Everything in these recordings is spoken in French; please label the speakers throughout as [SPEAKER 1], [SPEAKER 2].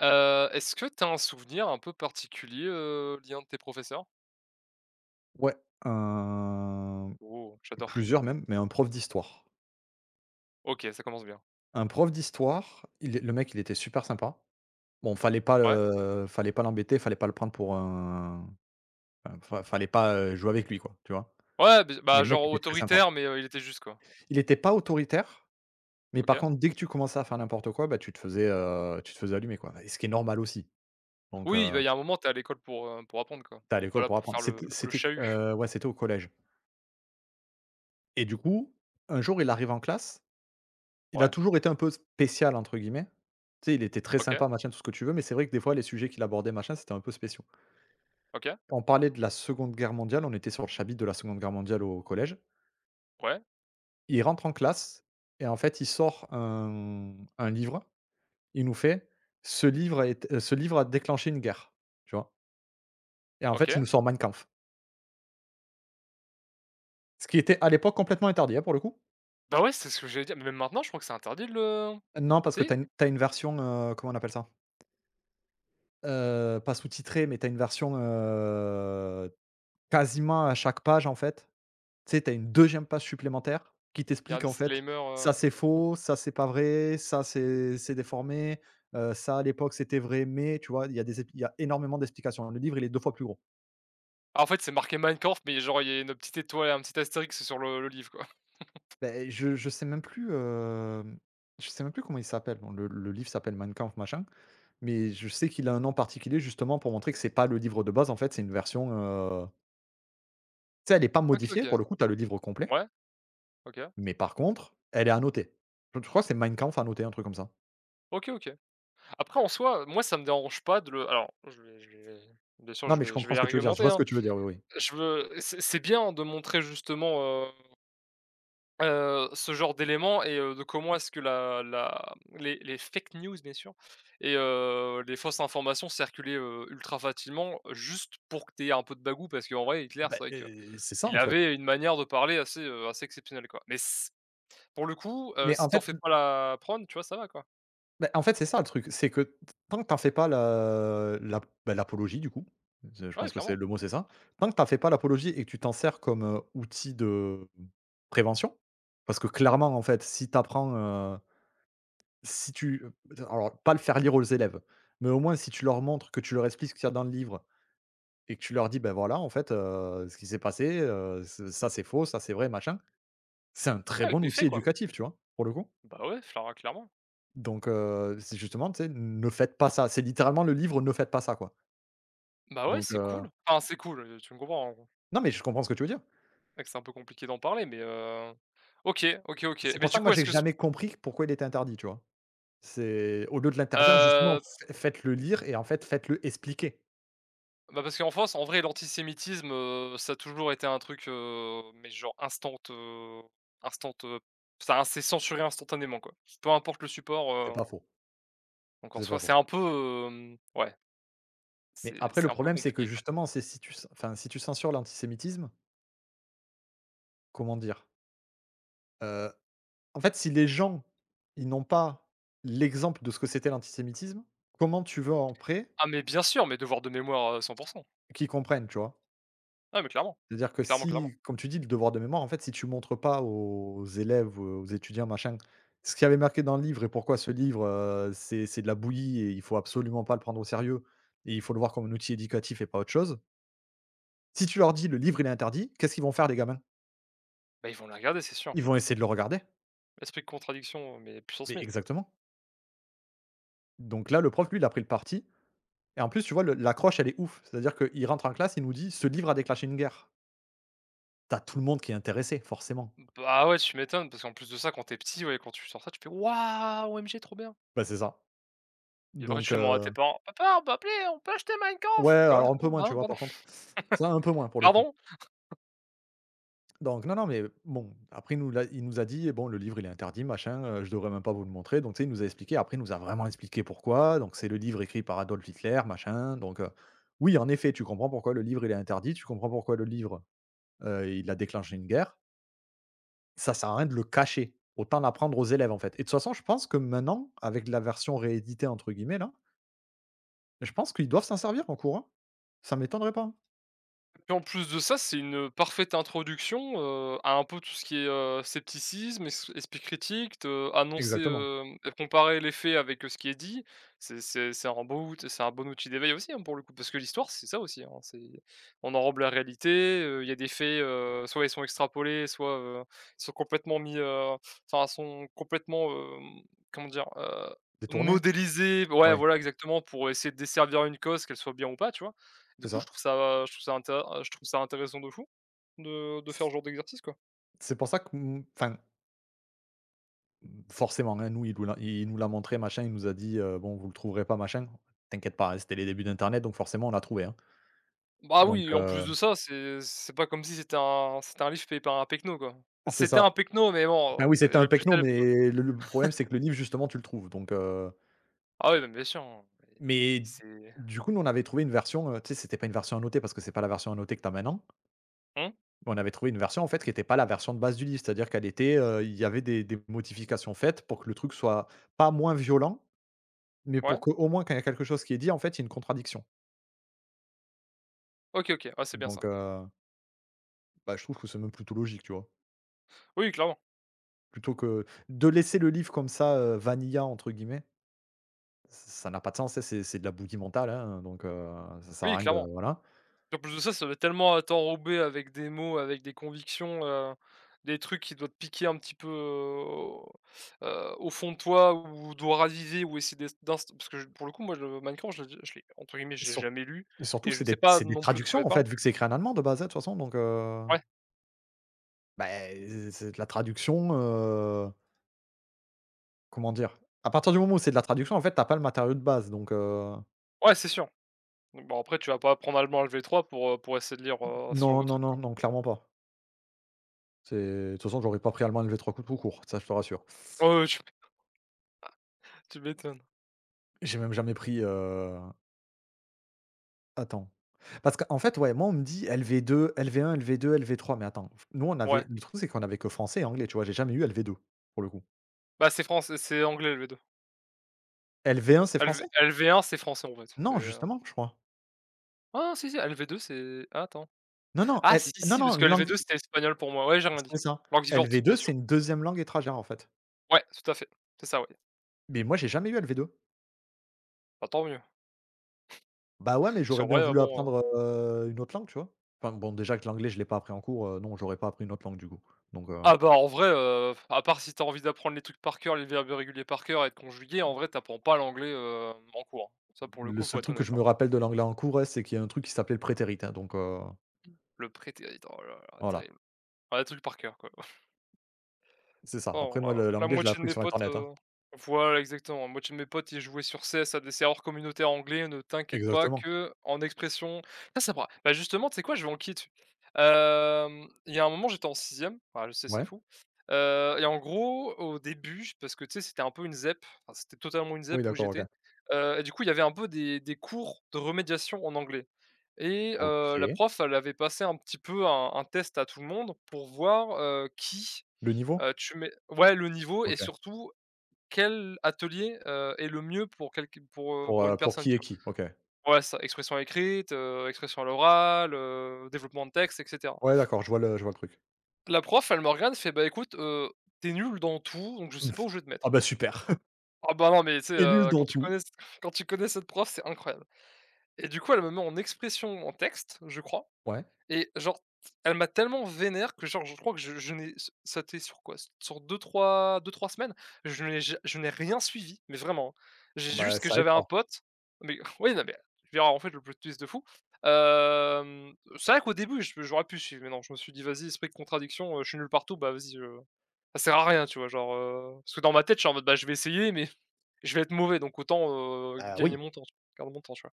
[SPEAKER 1] Est-ce que tu as un souvenir un peu particulier, lié à un de tes professeurs?
[SPEAKER 2] Ouais, un
[SPEAKER 1] Oh, j'adore.
[SPEAKER 2] plusieurs même, mais un prof d'histoire.
[SPEAKER 1] OK, ça commence bien.
[SPEAKER 2] Un prof d'histoire, il est le mec, il était super sympa. Bon,
[SPEAKER 1] Ouais.
[SPEAKER 2] fallait pas l'embêter, fallait pas le prendre pour un enfin, fa fallait pas, jouer avec lui, quoi, tu vois?
[SPEAKER 1] Ouais, b
[SPEAKER 2] Mais
[SPEAKER 1] bah,
[SPEAKER 2] le mec
[SPEAKER 1] genre
[SPEAKER 2] était très sympa.
[SPEAKER 1] autoritaire, mais il était juste, quoi.
[SPEAKER 2] Il était pas autoritaire, mais par
[SPEAKER 1] OK.
[SPEAKER 2] contre, dès que tu commençais à faire n'importe quoi, bah, tu te faisais allumer, quoi et ce qui est normal aussi. Donc
[SPEAKER 1] Oui,
[SPEAKER 2] heu,
[SPEAKER 1] bah, il y a un moment, t'es à l'école pour apprendre, quoi.
[SPEAKER 2] tu à
[SPEAKER 1] Pas
[SPEAKER 2] l'école
[SPEAKER 1] là
[SPEAKER 2] pour
[SPEAKER 1] pour
[SPEAKER 2] apprendre.
[SPEAKER 1] faire le
[SPEAKER 2] C'était
[SPEAKER 1] le
[SPEAKER 2] c'était q
[SPEAKER 1] chahut.
[SPEAKER 2] Ouais, c'était au collège et du coup, un jour, il arrive en classe. Il a
[SPEAKER 1] Ouais.
[SPEAKER 2] toujours été un peu «spécial» entre guillemets. Tu sais, il était très
[SPEAKER 1] OK,
[SPEAKER 2] sympa, machin, tout ce que tu veux, mais c'est vrai que des fois les sujets qu'il abordait, machin, c'était un peu spéciaux.
[SPEAKER 1] OK,
[SPEAKER 2] On parlait de la Seconde Guerre mondiale, on était sur le chapitre de la Seconde Guerre mondiale au collège.
[SPEAKER 1] ouais,
[SPEAKER 2] Il rentre en classe et en fait, il sort un livre, il nous fait: «Ce livre a déclenché une guerre», tu vois? Et en fait, il
[SPEAKER 1] OK.
[SPEAKER 2] nous sort Mein Kampf. Ce qui était à l'époque complètement interdit, hein, pour le coup.
[SPEAKER 1] Bah, ouais, c'est ce que j'allais dire, mais même maintenant, je crois que c'est interdit de le
[SPEAKER 2] Non, parce que tu
[SPEAKER 1] si?
[SPEAKER 2] as une tu une version, comment on appelle ça? Pas sous-titrée, mais tu as une version, quasiment à chaque page en fait. Tu sais, tu as une deuxième page supplémentaire qui
[SPEAKER 1] Il y a un
[SPEAKER 2] t'explique, en fait,
[SPEAKER 1] disclaimer,
[SPEAKER 2] ça c'est faux, ça c'est pas vrai, ça c'est déformé, ça à l'époque c'était vrai, mais tu vois? Il y a énormément d'explications. Le livre, il est 2 fois plus gros.
[SPEAKER 1] ah, en fait, c'est marqué Minecraft, mais genre, il y a une petite étoile, un petit astérix sur le livre, quoi.
[SPEAKER 2] Beh, je sais même plus, je sais même plus comment il s'appelle. Bon, le livre s'appelle Mein Kampf machin, mais je sais qu'il a un nom particulier justement pour montrer que c'est pas le livre de base, en fait, c'est une version, tu sais, elle est pas
[SPEAKER 1] OK,
[SPEAKER 2] modifiée
[SPEAKER 1] OK.
[SPEAKER 2] pour le coup, tu as le livre complet,
[SPEAKER 1] Ouais, OK.
[SPEAKER 2] mais par contre, elle est annotée. Je crois que c'est Mein Kampf annoté, un truc comme ça.
[SPEAKER 1] OK, OK. Après en soi, moi ça me dérange pas de le alors je vais bien sûr
[SPEAKER 2] Non,
[SPEAKER 1] je
[SPEAKER 2] mais je
[SPEAKER 1] vais je
[SPEAKER 2] comprends
[SPEAKER 1] vais
[SPEAKER 2] ce que tu veux dire, je
[SPEAKER 1] argumenter,
[SPEAKER 2] vois ce
[SPEAKER 1] hein.
[SPEAKER 2] que tu veux dire, oui, oui.
[SPEAKER 1] Je veux c'est bien de montrer justement, ce genre d'éléments et de comment est-ce que la les fake news bien sûr et les fausses informations circulaient, ultra facilement juste pour que tu aies un peu de bagout parce qu'en vrai Hitler c'est
[SPEAKER 2] Bah,
[SPEAKER 1] vrai que
[SPEAKER 2] c'est ça
[SPEAKER 1] il
[SPEAKER 2] en fait.
[SPEAKER 1] avait une manière de parler assez, assez exceptionnelle quoi. Mais c pour le coup,
[SPEAKER 2] Mais
[SPEAKER 1] si
[SPEAKER 2] en
[SPEAKER 1] t'en
[SPEAKER 2] fait,
[SPEAKER 1] fais pas la prône, tu vois, ça va quoi.
[SPEAKER 2] bah, en fait, c'est ça le truc, c'est que tant que t'en fais pas la l'ap bah, l'apologie du coup, je
[SPEAKER 1] Ouais
[SPEAKER 2] pense que c'est
[SPEAKER 1] clairement,
[SPEAKER 2] le mot c'est ça. Tant que t'en fais pas l'apologie et que tu t'en sers comme, outil de prévention, parce que clairement en fait si tu apprends, heu, si tu alors pas le faire lire aux élèves, mais au moins si tu leur montres, que tu leur expliques ce qu'il y a dans le livre et que tu leur dis: «Bah, voilà en fait, ce qui s'est passé, ce ça c'est faux, ça c'est vrai, machin». C'est un
[SPEAKER 1] ouais
[SPEAKER 2] très
[SPEAKER 1] avec
[SPEAKER 2] bon
[SPEAKER 1] des faits
[SPEAKER 2] outil
[SPEAKER 1] quoi.
[SPEAKER 2] éducatif, tu vois? Pour le coup.
[SPEAKER 1] Bah ouais, flara clairement.
[SPEAKER 2] C'est justement, tu sais, ne faites pas ça. C'est littéralement le livre «Ne faites pas ça», quoi.
[SPEAKER 1] Bah ouais,
[SPEAKER 2] Donc
[SPEAKER 1] c'est cool. Enfin, c'est cool, tu me comprends, en gros.
[SPEAKER 2] non, mais je comprends ce que tu veux dire.
[SPEAKER 1] C'est vrai que c'est un peu compliqué d'en parler, mais OK, OK, OK.
[SPEAKER 2] C'est
[SPEAKER 1] Mais
[SPEAKER 2] pour ça
[SPEAKER 1] du
[SPEAKER 2] que
[SPEAKER 1] coup,
[SPEAKER 2] moi,
[SPEAKER 1] est-ce
[SPEAKER 2] j'ai
[SPEAKER 1] que ce
[SPEAKER 2] jamais compris pourquoi il était interdit, tu vois? C'est au lieu de l'interdire, justement,
[SPEAKER 1] heu,
[SPEAKER 2] f faites-le lire et en fait, faites-le expliquer.
[SPEAKER 1] bah, parce qu'en France, en vrai, l'antisémitisme, ça a toujours été un truc, mais genre instant, instant, ça c'est censuré instantanément, quoi. Peu importe le support,
[SPEAKER 2] C'est pas faux,
[SPEAKER 1] donc en
[SPEAKER 2] c'est
[SPEAKER 1] soi,
[SPEAKER 2] pas
[SPEAKER 1] c'est
[SPEAKER 2] faux.
[SPEAKER 1] un peu, ouais,
[SPEAKER 2] Mais
[SPEAKER 1] c'est
[SPEAKER 2] après,
[SPEAKER 1] c'est
[SPEAKER 2] le
[SPEAKER 1] un peu
[SPEAKER 2] problème, c'est que
[SPEAKER 1] compliqué, quoi.
[SPEAKER 2] justement, c'est si tu ce enfin, si tu censures l'antisémitisme, comment dire? Heu, en fait, si les gens, ils n'ont pas l'exemple de ce que c'était l'antisémitisme, comment tu veux en après
[SPEAKER 1] Ah mais bien sûr, mes devoirs de mémoire, 100
[SPEAKER 2] qu'ils comprennent, tu vois?
[SPEAKER 1] Ah mais clairement,
[SPEAKER 2] C'est-à-dire que
[SPEAKER 1] clairement, clairement.
[SPEAKER 2] si, comme tu dis, le devoir de mémoire, en fait, si tu montres pas aux élèves, aux étudiants, machin, ce qu'il y avait marqué dans le livre et pourquoi ce livre, c'est de la bouillie et il faut absolument pas le prendre au sérieux et il faut le voir comme un outil éducatif et pas autre chose. Si tu leur dis: «Le livre, il est interdit», qu'est-ce qu'ils vont faire les gamins?
[SPEAKER 1] Bah, ils vont les regarder, c'est sûr.
[SPEAKER 2] Ils vont essayer de le regarder.
[SPEAKER 1] Esprit de contradiction, mais puissance
[SPEAKER 2] Mais
[SPEAKER 1] 1000.
[SPEAKER 2] exactement. Donc là, le prof, lui, il a pris le parti et en plus, tu vois, le l'accroche, elle est ouf. C'est-à-dire qu'il rentre en classe, il nous dit: «Ce livre a déclenché une guerre». T'as tout le monde qui est intéressé, forcément.
[SPEAKER 1] Bah, ouais, tu m'étonnes, parce qu'en plus de ça, quand t'es petit, ouais, quand tu sors ça, tu fais: «Waouh, OMG, trop bien!»
[SPEAKER 2] Bah, c'est ça.
[SPEAKER 1] Et après,
[SPEAKER 2] Donc
[SPEAKER 1] tu demandes à tes parents: «Papa, on peut appeler, on peut acheter
[SPEAKER 2] ouais,
[SPEAKER 1] Minecraft «Quoi?
[SPEAKER 2] alors un
[SPEAKER 1] Quoi?
[SPEAKER 2] peu moins, tu
[SPEAKER 1] Hein?
[SPEAKER 2] vois,
[SPEAKER 1] Pardon?
[SPEAKER 2] par contre. Ça, un peu moins pour le coup.
[SPEAKER 1] Pardon?»
[SPEAKER 2] Donc non, non, mais bon, après, il nous a dit: «Bon, le livre, il est interdit, machin, je devrais même pas vous le montrer». Donc, tu sais, il nous a expliqué. Après, il nous a vraiment expliqué pourquoi. Donc, c'est le livre écrit par Adolf Hitler, machin. Donc, oui, en effet, tu comprends pourquoi le livre, il est interdit. Tu comprends pourquoi le livre, il a déclenché une guerre. Ça sert à rien de le cacher. Autant l'apprendre aux élèves, en fait. Et de toute façon, je pense que maintenant, avec la version «rééditée» entre guillemets là, je pense qu'ils doivent s'en servir en cours, hein. Ça m'étonnerait pas, hein.
[SPEAKER 1] Et en plus de ça, c'est une parfaite introduction, à un peu tout ce qui est, scepticisme, es esprit critique, te annoncer,
[SPEAKER 2] Exactement.
[SPEAKER 1] comparer les faits avec, ce qui est dit. C'est un beau out c'est un bon outil d'éveil aussi, hein, pour le coup, parce que l'histoire, c'est ça aussi, hein, c'est on enrobe la réalité, il y a des faits, soit ils sont extrapolés, soit, ils sont complètement mis, enfin, sont complètement, comment dire?
[SPEAKER 2] Détourner,
[SPEAKER 1] Modélisés. Ouais,
[SPEAKER 2] ouais.
[SPEAKER 1] voilà, exactement, pour essayer de desservir une cause, qu'elle soit bien ou pas, tu vois? Du
[SPEAKER 2] C'est
[SPEAKER 1] coup, je
[SPEAKER 2] ça.
[SPEAKER 1] trouve ça je trouve ça intér je trouve ça intéressant de fou de faire ce
[SPEAKER 2] C
[SPEAKER 1] genre d'exercice, quoi.
[SPEAKER 2] c'est pour ça que, mmh, enfin, forcément, hein, nous, il nous l'a montré, machin, il nous a dit, «Bon, vous le trouverez pas, machin». T'inquiète pas, hein, c'était les débuts d'internet, donc forcément, on l'a trouvé, hein.
[SPEAKER 1] Bah,
[SPEAKER 2] Donc
[SPEAKER 1] oui, en plus de ça, c'est pas comme si c'était un livre payé par un pecno, quoi. Alors
[SPEAKER 2] c'est
[SPEAKER 1] c'était
[SPEAKER 2] ça.
[SPEAKER 1] un pecno, mais bon,
[SPEAKER 2] Bah oui,
[SPEAKER 1] c'est
[SPEAKER 2] c'était un
[SPEAKER 1] le plus
[SPEAKER 2] pecno,
[SPEAKER 1] célèbre, quoi.
[SPEAKER 2] mais le problème, c'est que le livre, justement, tu le trouves, donc
[SPEAKER 1] Ah oui, non, bien sûr, hein, mais
[SPEAKER 2] mais
[SPEAKER 1] c'est
[SPEAKER 2] du coup, nous, on avait trouvé une version, tu sais, c'était pas une version annotée parce que c'est pas la version annotée que t'as as maintenant.
[SPEAKER 1] Hein?
[SPEAKER 2] Mais on avait trouvé une version, en fait, qui était pas la version de base du livre, c'est-à-dire qu'elle était, il y avait des modifications faites pour que le truc soit pas moins violent. Mais pour
[SPEAKER 1] Ouais?
[SPEAKER 2] qu'au moins quand il y a quelque chose qui est dit, en fait, il y a une contradiction.
[SPEAKER 1] OK, OK. Ah, c'est bien
[SPEAKER 2] Donc,
[SPEAKER 1] ça.
[SPEAKER 2] bah, je trouve que c'est même plutôt logique, tu vois?
[SPEAKER 1] Oui, clairement.
[SPEAKER 2] Plutôt que de laisser le livre comme ça, «vanilla» entre guillemets, ça n'a pas de sens, tu c'est de la bouillie mentale, hein, donc, ça sert
[SPEAKER 1] Oui,
[SPEAKER 2] à rien de
[SPEAKER 1] clairement.
[SPEAKER 2] voilà.
[SPEAKER 1] En plus de ça, ça va tellement, t'enrober avec des mots, avec des convictions, des trucs qui doivent te piquer un petit peu, au fond de toi ou d'oraliser ou essayer d'est d'inst parce que je pour le coup, moi, le Minecraft, je l'ai entre guillemets, «je l'ai
[SPEAKER 2] Sur
[SPEAKER 1] jamais lu»
[SPEAKER 2] surtout
[SPEAKER 1] et je ne sais pas
[SPEAKER 2] c'est des
[SPEAKER 1] non plus de quoi il
[SPEAKER 2] traductions, en
[SPEAKER 1] parle.
[SPEAKER 2] fait, vu que c'est écrit en allemand de base, hein, de toute façon, donc,
[SPEAKER 1] Ouais,
[SPEAKER 2] beh, c'est de la traduction, comment dire? À partir du moment où c'est de la traduction, en fait, t'as pas le matériau de base, donc,
[SPEAKER 1] ouais, c'est sûr. Donc bon, après, tu vas pas apprendre allemand LV3 pour essayer de lire, ce genre
[SPEAKER 2] non,
[SPEAKER 1] de
[SPEAKER 2] non,
[SPEAKER 1] trucs.
[SPEAKER 2] non,
[SPEAKER 1] Quoi.
[SPEAKER 2] non, clairement pas. C'est de toute façon, j'aurais pas pris allemand L V trois coups tout court, ça, je te rassure.
[SPEAKER 1] Ouais, ouais, tu tu m'étonnes.
[SPEAKER 2] J'ai même jamais pris, attends. Parce qu'en fait, ouais, moi, on me dit LV2, LV1, LV2, LV3, mais attends, nous, on
[SPEAKER 1] Ouais.
[SPEAKER 2] avait le truc, c'est qu'on avait que français et anglais, tu vois? J'ai jamais eu LV2, pour le coup.
[SPEAKER 1] Bah, c'est français c'est anglais LV2.
[SPEAKER 2] LV1, c'est
[SPEAKER 1] LV
[SPEAKER 2] français?
[SPEAKER 1] LV1, c'est français, en fait. C'est,
[SPEAKER 2] Non, justement, je crois.
[SPEAKER 1] ah, si, si, LV2, c'est ah, attends. Ah si,
[SPEAKER 2] Non,
[SPEAKER 1] si, parce
[SPEAKER 2] non,
[SPEAKER 1] que
[SPEAKER 2] langue
[SPEAKER 1] LV2 c'était espagnol pour moi. Ouais, j'ai rien dit.
[SPEAKER 2] c'est ça.
[SPEAKER 1] Langue vivante,
[SPEAKER 2] LV2,
[SPEAKER 1] bien sûr.
[SPEAKER 2] c'est une deuxième langue étrangère, en fait.
[SPEAKER 1] Ouais, tout à fait. C'est ça, ouais.
[SPEAKER 2] Mais moi, j'ai jamais eu LV2.
[SPEAKER 1] Bah, tant mieux.
[SPEAKER 2] Bah, ouais, mais
[SPEAKER 1] Parce qu'en
[SPEAKER 2] j'aurais
[SPEAKER 1] vrai,
[SPEAKER 2] bien voulu
[SPEAKER 1] bon,
[SPEAKER 2] apprendre, une autre langue, tu vois? Enfin, bon, déjà que l'anglais, je l'ai pas appris en cours, non, j'aurais pas appris une autre langue, du coup. Donc,
[SPEAKER 1] ah bah, en vrai, à part si t'as envie d'apprendre les trucs par cœur, les verbes irréguliers par cœur et de conjuguer, en vrai, t'apprends pas l'anglais, en cours, hein. Ça, pour le
[SPEAKER 2] le
[SPEAKER 1] coup, faut
[SPEAKER 2] seul
[SPEAKER 1] être
[SPEAKER 2] truc que
[SPEAKER 1] honnête,
[SPEAKER 2] je me
[SPEAKER 1] hein.
[SPEAKER 2] rappelle de l'anglais en cours, ouais, c'est qu'il y a un truc qui s'appelait le prétérit, hein, donc,
[SPEAKER 1] Le prétérit, oh là là,
[SPEAKER 2] voilà,
[SPEAKER 1] terrible. Ouais, des trucs par cœur, quoi.
[SPEAKER 2] c'est ça.
[SPEAKER 1] Oh
[SPEAKER 2] Après
[SPEAKER 1] la
[SPEAKER 2] moi le
[SPEAKER 1] la
[SPEAKER 2] l'anglais je l'ai
[SPEAKER 1] moitié de
[SPEAKER 2] appris
[SPEAKER 1] mes
[SPEAKER 2] sur
[SPEAKER 1] potes,
[SPEAKER 2] internet, hein.
[SPEAKER 1] voilà exactement, la moitié de mes potes, ils jouaient sur CS à des serveurs communautaires anglais, ne t'inquiète pas
[SPEAKER 2] Exactement.
[SPEAKER 1] que en expression ça, ça pourra bah, justement, tu sais quoi? Je vais en dessus. Il y a un moment, j'étais en sixième. E ah, je sais, c'est
[SPEAKER 2] Ouais.
[SPEAKER 1] fou, et en gros, au début, parce que tu sais, c'était un peu une ZEP, enfin, c'était totalement une
[SPEAKER 2] Oui
[SPEAKER 1] ZEP où
[SPEAKER 2] d'accord, OK.
[SPEAKER 1] j'étais, et du coup, il y avait un peu des cours de remédiation en anglais et la
[SPEAKER 2] OK.
[SPEAKER 1] prof, elle avait passé un petit peu un test à tout le monde pour voir, qui
[SPEAKER 2] Le niveau?
[SPEAKER 1] Tu mets ouais, le niveau et
[SPEAKER 2] OK.
[SPEAKER 1] surtout quel atelier, est le mieux pour quel pour une
[SPEAKER 2] Pour
[SPEAKER 1] personne,
[SPEAKER 2] qui
[SPEAKER 1] tu
[SPEAKER 2] est qui? OK.
[SPEAKER 1] vois? Ouais, ça, expression écrite, expression à l'oral, développement de texte et cetera.
[SPEAKER 2] Ouais d'accord, je vois le truc.
[SPEAKER 1] La prof, elle me regarde, fait: «Bah, écoute, tu nul dans tout, donc je sais pas où je vais te mettre».
[SPEAKER 2] Ah bah super.
[SPEAKER 1] Ah bah, non, mais tu sais,
[SPEAKER 2] Et nul
[SPEAKER 1] quand
[SPEAKER 2] dans
[SPEAKER 1] tu
[SPEAKER 2] tout.
[SPEAKER 1] connais quand tu connais cette prof, c'est incroyable et du coup, elle me met en expression en texte, je crois.
[SPEAKER 2] Ouais.
[SPEAKER 1] Et genre, elle m'a tellement vénère que genre je crois que je n'ai ça a été sur quoi? Sur deux trois semaines, je n'ai rien suivi, mais vraiment, hein. J'ai
[SPEAKER 2] Bah
[SPEAKER 1] juste que
[SPEAKER 2] ça
[SPEAKER 1] j'avais
[SPEAKER 2] aide
[SPEAKER 1] un
[SPEAKER 2] pas.
[SPEAKER 1] pote mais oui, non, mais je veux en fait, le plot twist de fou, c'est vrai qu'au début, je j'aurais pu suivre, mais non, je me suis dit: «Vas-y, esprit de contradiction, je suis nul partout, bah, vas-y, ça sert à rien», tu vois? Genre, parce que dans ma tête, je suis en mode: «Bah, je vais essayer, mais je vais être mauvais, donc autant,
[SPEAKER 2] Bah
[SPEAKER 1] gagner
[SPEAKER 2] oui.
[SPEAKER 1] mon temps, tu vois, perdre mon temps», tu vois?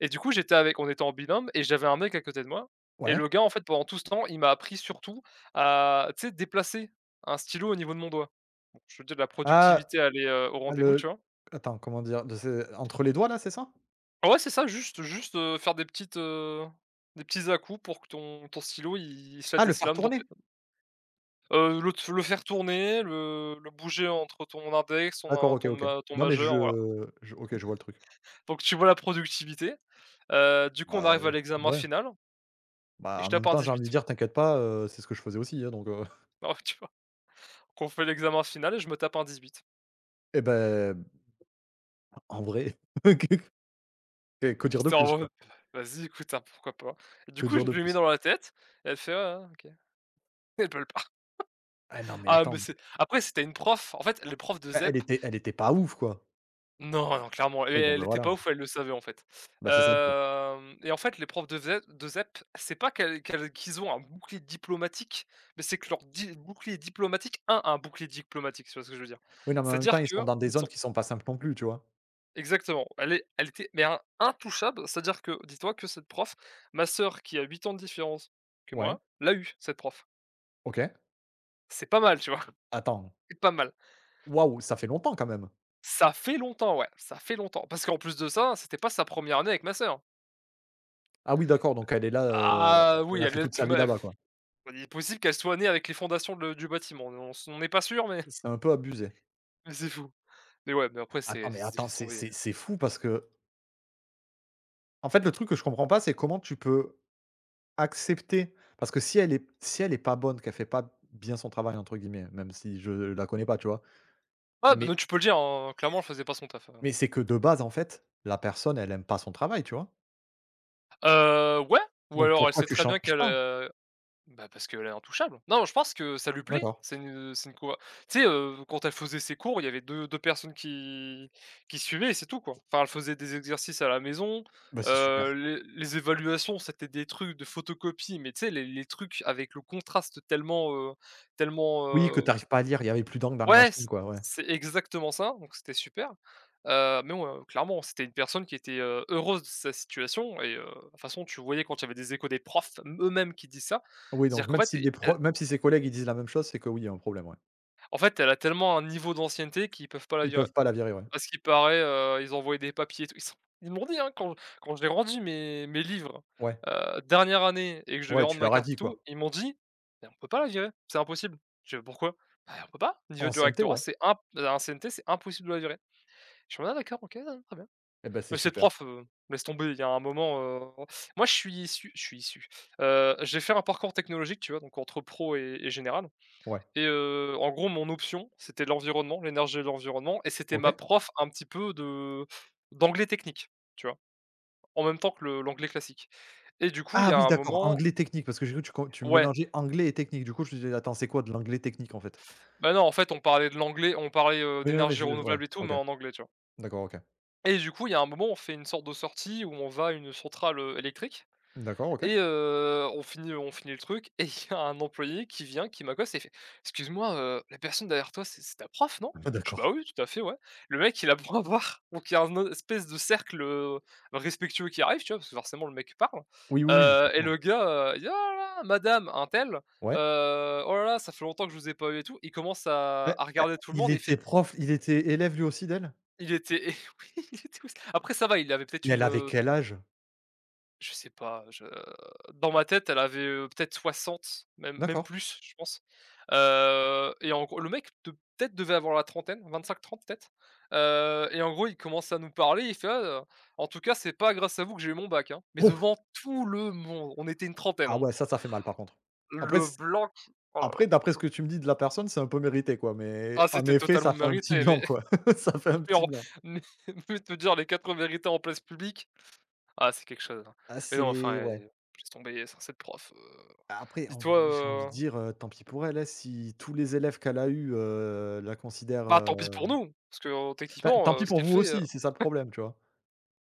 [SPEAKER 1] Et du coup, j'étais avec on était en binôme et j'avais un mec à côté de moi et
[SPEAKER 2] Ouais.
[SPEAKER 1] le gars, en fait, pendant tout ce temps, il m'a appris surtout à, tu sais, déplacer un stylo au niveau de mon doigt. Bon, je veux dire de la
[SPEAKER 2] Ah,
[SPEAKER 1] productivité, elle est, au
[SPEAKER 2] ah,
[SPEAKER 1] rendez-vous, tu
[SPEAKER 2] le
[SPEAKER 1] vois?
[SPEAKER 2] attends, comment dire? De c'est entre les doigts là, c'est ça?
[SPEAKER 1] Ouais, c'est ça, juste, faire des petites, des petits à-coups pour que ton stylo, il se la
[SPEAKER 2] Ah le faire
[SPEAKER 1] déslame dans
[SPEAKER 2] tourner?
[SPEAKER 1] tes le faire tourner, le bouger entre ton index, ton
[SPEAKER 2] D'accord,
[SPEAKER 1] in
[SPEAKER 2] OK,
[SPEAKER 1] ton
[SPEAKER 2] OK.
[SPEAKER 1] ma ton
[SPEAKER 2] Non mais
[SPEAKER 1] majeur, voilà.
[SPEAKER 2] je OK, je vois le truc.
[SPEAKER 1] Donc tu vois la productivité. Du coup, on
[SPEAKER 2] Bah,
[SPEAKER 1] arrive à l'examen
[SPEAKER 2] ouais.
[SPEAKER 1] final et
[SPEAKER 2] Bah
[SPEAKER 1] je
[SPEAKER 2] en
[SPEAKER 1] tape
[SPEAKER 2] même
[SPEAKER 1] un
[SPEAKER 2] temps j'ai envie de
[SPEAKER 1] 18.
[SPEAKER 2] dire: «T'inquiète pas, c'est ce que je faisais aussi, hein, donc
[SPEAKER 1] Alors tu vois? qu'on fait l'examen final et je me tape un 18.
[SPEAKER 2] et beh. En vrai, que que dire de
[SPEAKER 1] J'étais en
[SPEAKER 2] plus,
[SPEAKER 1] mode:
[SPEAKER 2] quoi?
[SPEAKER 1] «Vas-y écoute, hein, pourquoi pas?» Et du
[SPEAKER 2] Que
[SPEAKER 1] coup,
[SPEAKER 2] dire
[SPEAKER 1] je
[SPEAKER 2] de
[SPEAKER 1] lui mets
[SPEAKER 2] plus?
[SPEAKER 1] dans la tête et elle fait: «Ah, OK». Elle peut le pas.
[SPEAKER 2] Ah non, mais
[SPEAKER 1] Ah mais
[SPEAKER 2] attends,
[SPEAKER 1] c'est après c'était une prof, en fait les profs de
[SPEAKER 2] bah,
[SPEAKER 1] ZEP
[SPEAKER 2] elle était pas ouf, quoi.
[SPEAKER 1] non, non clairement et
[SPEAKER 2] Oui, bon,
[SPEAKER 1] elle
[SPEAKER 2] ben
[SPEAKER 1] était pas
[SPEAKER 2] voilà.
[SPEAKER 1] ouf, elle le savait en fait.
[SPEAKER 2] Bah, c'est ça le pire.
[SPEAKER 1] Hem et en fait les profs de ZE de ZEP, c'est pas qu'elles qu'ils ont un bouclier diplomatique, mais c'est que leur di bouclier diplomatique un, a un bouclier diplomatique, c'est ce que je veux dire?
[SPEAKER 2] Oui, non, mais en même temps,
[SPEAKER 1] C'est-à-dire
[SPEAKER 2] ils
[SPEAKER 1] qu'ils
[SPEAKER 2] sont dans des zones qui sont pas simples non plus, tu vois?
[SPEAKER 1] Exactement. Elle était mais in intouchable, c'est-à-dire que dis-toi que cette prof, ma sœur qui a 8 ans de différence que
[SPEAKER 2] Ouais,
[SPEAKER 1] moi, l'a eu. Cette prof.
[SPEAKER 2] OK.
[SPEAKER 1] C'est pas mal, tu vois?
[SPEAKER 2] Attends,
[SPEAKER 1] C'est pas mal.
[SPEAKER 2] waouh, ça fait longtemps quand même.
[SPEAKER 1] Ça fait longtemps, ouais, ça fait longtemps. Parce qu'en plus de ça, c'était pas sa première année avec ma sœur.
[SPEAKER 2] Ah oui, d'accord, donc elle est là,
[SPEAKER 1] Ah
[SPEAKER 2] elle
[SPEAKER 1] oui,
[SPEAKER 2] a
[SPEAKER 1] elle
[SPEAKER 2] fait
[SPEAKER 1] est
[SPEAKER 2] toute
[SPEAKER 1] plus
[SPEAKER 2] sa vie
[SPEAKER 1] mal.
[SPEAKER 2] là-bas, quoi.
[SPEAKER 1] Il est possible qu'elle soit née avec les fondations de du bâtiment. On n'est pas sûr, mais
[SPEAKER 2] C'est un peu abusé.
[SPEAKER 1] mais c'est fou. Mais ouais, mais après c'est
[SPEAKER 2] Attends, mais
[SPEAKER 1] c'est
[SPEAKER 2] attends,
[SPEAKER 1] laisse
[SPEAKER 2] c'est
[SPEAKER 1] tomber.
[SPEAKER 2] c'est fou parce que en fait, le truc que je comprends pas, c'est comment tu peux accepter parce que si elle est pas bonne, qu'elle fait pas bien son «travail» entre guillemets, même si je la connais pas, tu vois?
[SPEAKER 1] Ah, bah,
[SPEAKER 2] Mais
[SPEAKER 1] non, tu peux le dire, hein, clairement, elle faisait pas son taf, hein.
[SPEAKER 2] Mais c'est que de base, en fait, la personne, elle aime pas son travail, tu vois?
[SPEAKER 1] Ouais, ou
[SPEAKER 2] Donc
[SPEAKER 1] alors elle
[SPEAKER 2] pourquoi
[SPEAKER 1] sait
[SPEAKER 2] tu
[SPEAKER 1] très bien
[SPEAKER 2] changes
[SPEAKER 1] qu'elle,
[SPEAKER 2] pas?
[SPEAKER 1] bah, parce qu'elle est intouchable. Non, je pense que ça lui plaît.
[SPEAKER 2] D'accord.
[SPEAKER 1] C'est une conver tu sais, quand elle faisait ses cours, il y avait deux personnes qui suivaient et c'est tout, quoi. Enfin, elle faisait des exercices à la maison,
[SPEAKER 2] Bah, c'est super.
[SPEAKER 1] les évaluations, c'était des trucs de photocopie. Mais tu sais, les trucs avec le contraste tellement,
[SPEAKER 2] Oui, que tu
[SPEAKER 1] tellement,
[SPEAKER 2] arrives pas à lire, il y avait plus d'encre dans la
[SPEAKER 1] ouais,
[SPEAKER 2] machine, quoi, ouais.
[SPEAKER 1] c'est exactement ça, donc c'était super. Mais ouais, clairement, c'était une personne qui était, heureuse de sa situation et de toute façon, tu voyais quand il y avait des échos des profs, eux-mêmes qui disent ça.
[SPEAKER 2] Oui,
[SPEAKER 1] C'est-à-dire
[SPEAKER 2] donc
[SPEAKER 1] qu'en fait, elle
[SPEAKER 2] même si ses collègues, ils disent la même chose, c'est que oui, il y a un problème, ouais.
[SPEAKER 1] elle a tellement un niveau d'ancienneté qu'ils peuvent pas la
[SPEAKER 2] Ils
[SPEAKER 1] virer.
[SPEAKER 2] peuvent pas la virer, ouais.
[SPEAKER 1] Parce qu'il paraît, ils ont des papiers et tout. Ils m'ont dit, hein, quand j'ai rendu mes livres,
[SPEAKER 2] Ouais.
[SPEAKER 1] dernière année et que je devais
[SPEAKER 2] Ouais,
[SPEAKER 1] rendre
[SPEAKER 2] tu
[SPEAKER 1] ma
[SPEAKER 2] leur as
[SPEAKER 1] carte et
[SPEAKER 2] dit,
[SPEAKER 1] tout,
[SPEAKER 2] quoi.
[SPEAKER 1] ils m'ont dit: «Mais on peut pas la virer, c'est impossible». Je fais: «Pourquoi?» «Bah, on peut pas, au niveau du
[SPEAKER 2] Ancienneté,
[SPEAKER 1] rectorat,
[SPEAKER 2] ouais.
[SPEAKER 1] c'est imp l'ancienneté, c'est impossible de la virer». Je me dis: «Ah d'accord, OK, ouais, très bien».
[SPEAKER 2] Eh ben c'est
[SPEAKER 1] Mais ces
[SPEAKER 2] super.
[SPEAKER 1] profs, laisse tomber, il y a un moment, moi je suis issu, j'ai fait un parcours technologique, tu vois? Donc entre pro et général
[SPEAKER 2] Ouais.
[SPEAKER 1] et en gros mon option, c'était l'environnement, l'énergie et l'environnement, et c'était ma
[SPEAKER 2] OK.
[SPEAKER 1] prof un petit peu de d'anglais technique, tu vois? En même temps que le l'anglais classique. Et du coup, il y
[SPEAKER 2] Ah
[SPEAKER 1] a
[SPEAKER 2] oui,
[SPEAKER 1] un
[SPEAKER 2] d'accord,
[SPEAKER 1] moment,
[SPEAKER 2] anglais technique, parce que j'ai cru que tu
[SPEAKER 1] ouais,
[SPEAKER 2] mélangeais anglais et technique. Du coup, je me suis «Attends, c'est quoi de l'anglais technique, en fait?»
[SPEAKER 1] bah, non, en fait, on parlait de l'anglais, on parlait,
[SPEAKER 2] Oui, non, non, mais
[SPEAKER 1] d'énergie
[SPEAKER 2] ouais,
[SPEAKER 1] renouvelable et tout, mais
[SPEAKER 2] OK.
[SPEAKER 1] en anglais, tu vois?
[SPEAKER 2] D'accord, OK.
[SPEAKER 1] Et du coup, il y a un moment, on fait une sorte de sortie où on va à une centrale, électrique.
[SPEAKER 2] D'accord, OK.
[SPEAKER 1] Et on finit le truc et il y a un employé qui vient, qui m'accoste et il fait: «Excuse-moi, la personne derrière toi, c'est ta prof, non?»
[SPEAKER 2] Ah
[SPEAKER 1] Je fais: «Bah
[SPEAKER 2] d'accord.
[SPEAKER 1] oui, tout à fait, ouais». Le mec, il a pour avoir, donc il y a une espèce de cercle, respectueux qui arrive, tu vois? Parce que forcément le mec parle,
[SPEAKER 2] Oui, oui, oui,
[SPEAKER 1] et
[SPEAKER 2] forcément.
[SPEAKER 1] le gars, il dit: «Oh là là, madame untel,
[SPEAKER 2] Ouais.
[SPEAKER 1] oh là là, ça fait longtemps que je vous ai pas eu et tout». Il commence à
[SPEAKER 2] Ouais,
[SPEAKER 1] regarder tout le
[SPEAKER 2] il
[SPEAKER 1] monde et il
[SPEAKER 2] était
[SPEAKER 1] fait
[SPEAKER 2] prof, il était élève lui aussi d'elle?
[SPEAKER 1] il était oui, il était où ça après ça va, il avait peut-être
[SPEAKER 2] Mais elle avait
[SPEAKER 1] une,
[SPEAKER 2] quel âge?
[SPEAKER 1] je sais pas, je dans ma tête, elle avait, peut-être 60, même
[SPEAKER 2] D'accord.
[SPEAKER 1] plus, je pense, et en gros, le mec de peut-être devait avoir la trentaine, vingt-cinq, trente peut-être, et en gros, il commence à nous parler, il fait: «Ah, en tout cas, c'est pas grâce à vous que j'ai eu mon bac, hein». Mais
[SPEAKER 2] Ouf!
[SPEAKER 1] devant tout le monde, on était une trentaine,
[SPEAKER 2] Ah
[SPEAKER 1] hein.
[SPEAKER 2] ouais, ça fait mal par contre. Après
[SPEAKER 1] Le
[SPEAKER 2] c
[SPEAKER 1] blanc qui oh là là.
[SPEAKER 2] après d'après ce que tu me dis de la personne, c'est un peu mérité quoi, mais
[SPEAKER 1] Ah,
[SPEAKER 2] en
[SPEAKER 1] c'était
[SPEAKER 2] effet,
[SPEAKER 1] totalement
[SPEAKER 2] ça fait un petit
[SPEAKER 1] mérité, mais
[SPEAKER 2] blanc quoi. Ça fait un
[SPEAKER 1] mais
[SPEAKER 2] petit
[SPEAKER 1] en
[SPEAKER 2] blanc.
[SPEAKER 1] mais mais te dire les 4 vérités en place publique, ah, c'est quelque chose, hein.
[SPEAKER 2] Ah
[SPEAKER 1] Mais non, enfin,
[SPEAKER 2] c'est
[SPEAKER 1] eh,
[SPEAKER 2] ouais.
[SPEAKER 1] laisse tomber, ça, cette prof,
[SPEAKER 2] Après en v
[SPEAKER 1] dis-toi,
[SPEAKER 2] j'ai envie de dire, tant pis pour elle, hein, si tous les élèves qu'elle a eus, la considèrent,
[SPEAKER 1] bah, tant pis pour nous, parce que,
[SPEAKER 2] enfin
[SPEAKER 1] techniquement,
[SPEAKER 2] tant pis
[SPEAKER 1] ce
[SPEAKER 2] pour
[SPEAKER 1] qu'elle
[SPEAKER 2] vous
[SPEAKER 1] fait,
[SPEAKER 2] aussi, c'est ça le problème, tu vois?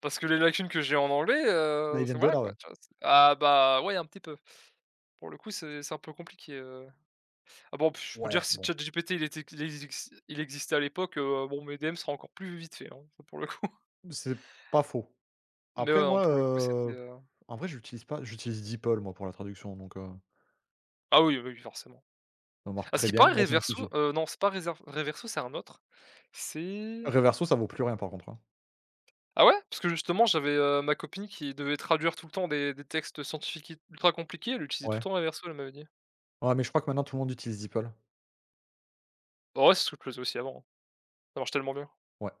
[SPEAKER 1] parce que les lacunes que j'ai en anglais,
[SPEAKER 2] Bah, ils
[SPEAKER 1] c'est
[SPEAKER 2] viennent de
[SPEAKER 1] voilà
[SPEAKER 2] là, ouais.
[SPEAKER 1] quoi, tu vois? C'est ah bah, ouais, un petit peu. Pour le coup, c'est un peu compliqué. Ah bon, puis, je peux dire
[SPEAKER 2] Ouais,
[SPEAKER 1] si
[SPEAKER 2] bon,
[SPEAKER 1] ChatGPT il existait à l'époque, bon mes DM seraient encore plus vite fait hein, ça pour le coup.
[SPEAKER 2] c'est pas faux.
[SPEAKER 1] Mais
[SPEAKER 2] Après
[SPEAKER 1] ouais, non,
[SPEAKER 2] moi,
[SPEAKER 1] pour le coup, c'était,
[SPEAKER 2] en vrai j'utilise pas j'utilise DeepL moi pour la traduction donc
[SPEAKER 1] ah oui, oui, oui, forcément.
[SPEAKER 2] ça marche
[SPEAKER 1] À ce
[SPEAKER 2] très
[SPEAKER 1] qui
[SPEAKER 2] bien,
[SPEAKER 1] paraît
[SPEAKER 2] moi ça me
[SPEAKER 1] Reverso,
[SPEAKER 2] suffit.
[SPEAKER 1] non, c'est pas Reserv Reverso, c'est un autre. C'est
[SPEAKER 2] Reverso ça vaut plus rien par contre, hein.
[SPEAKER 1] Ah ouais? Parce que justement, j'avais, ma copine qui devait traduire tout le temps des textes scientifiques ultra compliqués, elle utilisait tout le
[SPEAKER 2] Ouais.
[SPEAKER 1] temps Reverso, elle m'avait dit.
[SPEAKER 2] Ouais mais je crois que maintenant tout le monde utilise DeepL.
[SPEAKER 1] Bah ouais, c'est ce que je faisais aussi avant, hein. Ça marche tellement bien.
[SPEAKER 2] Ouais.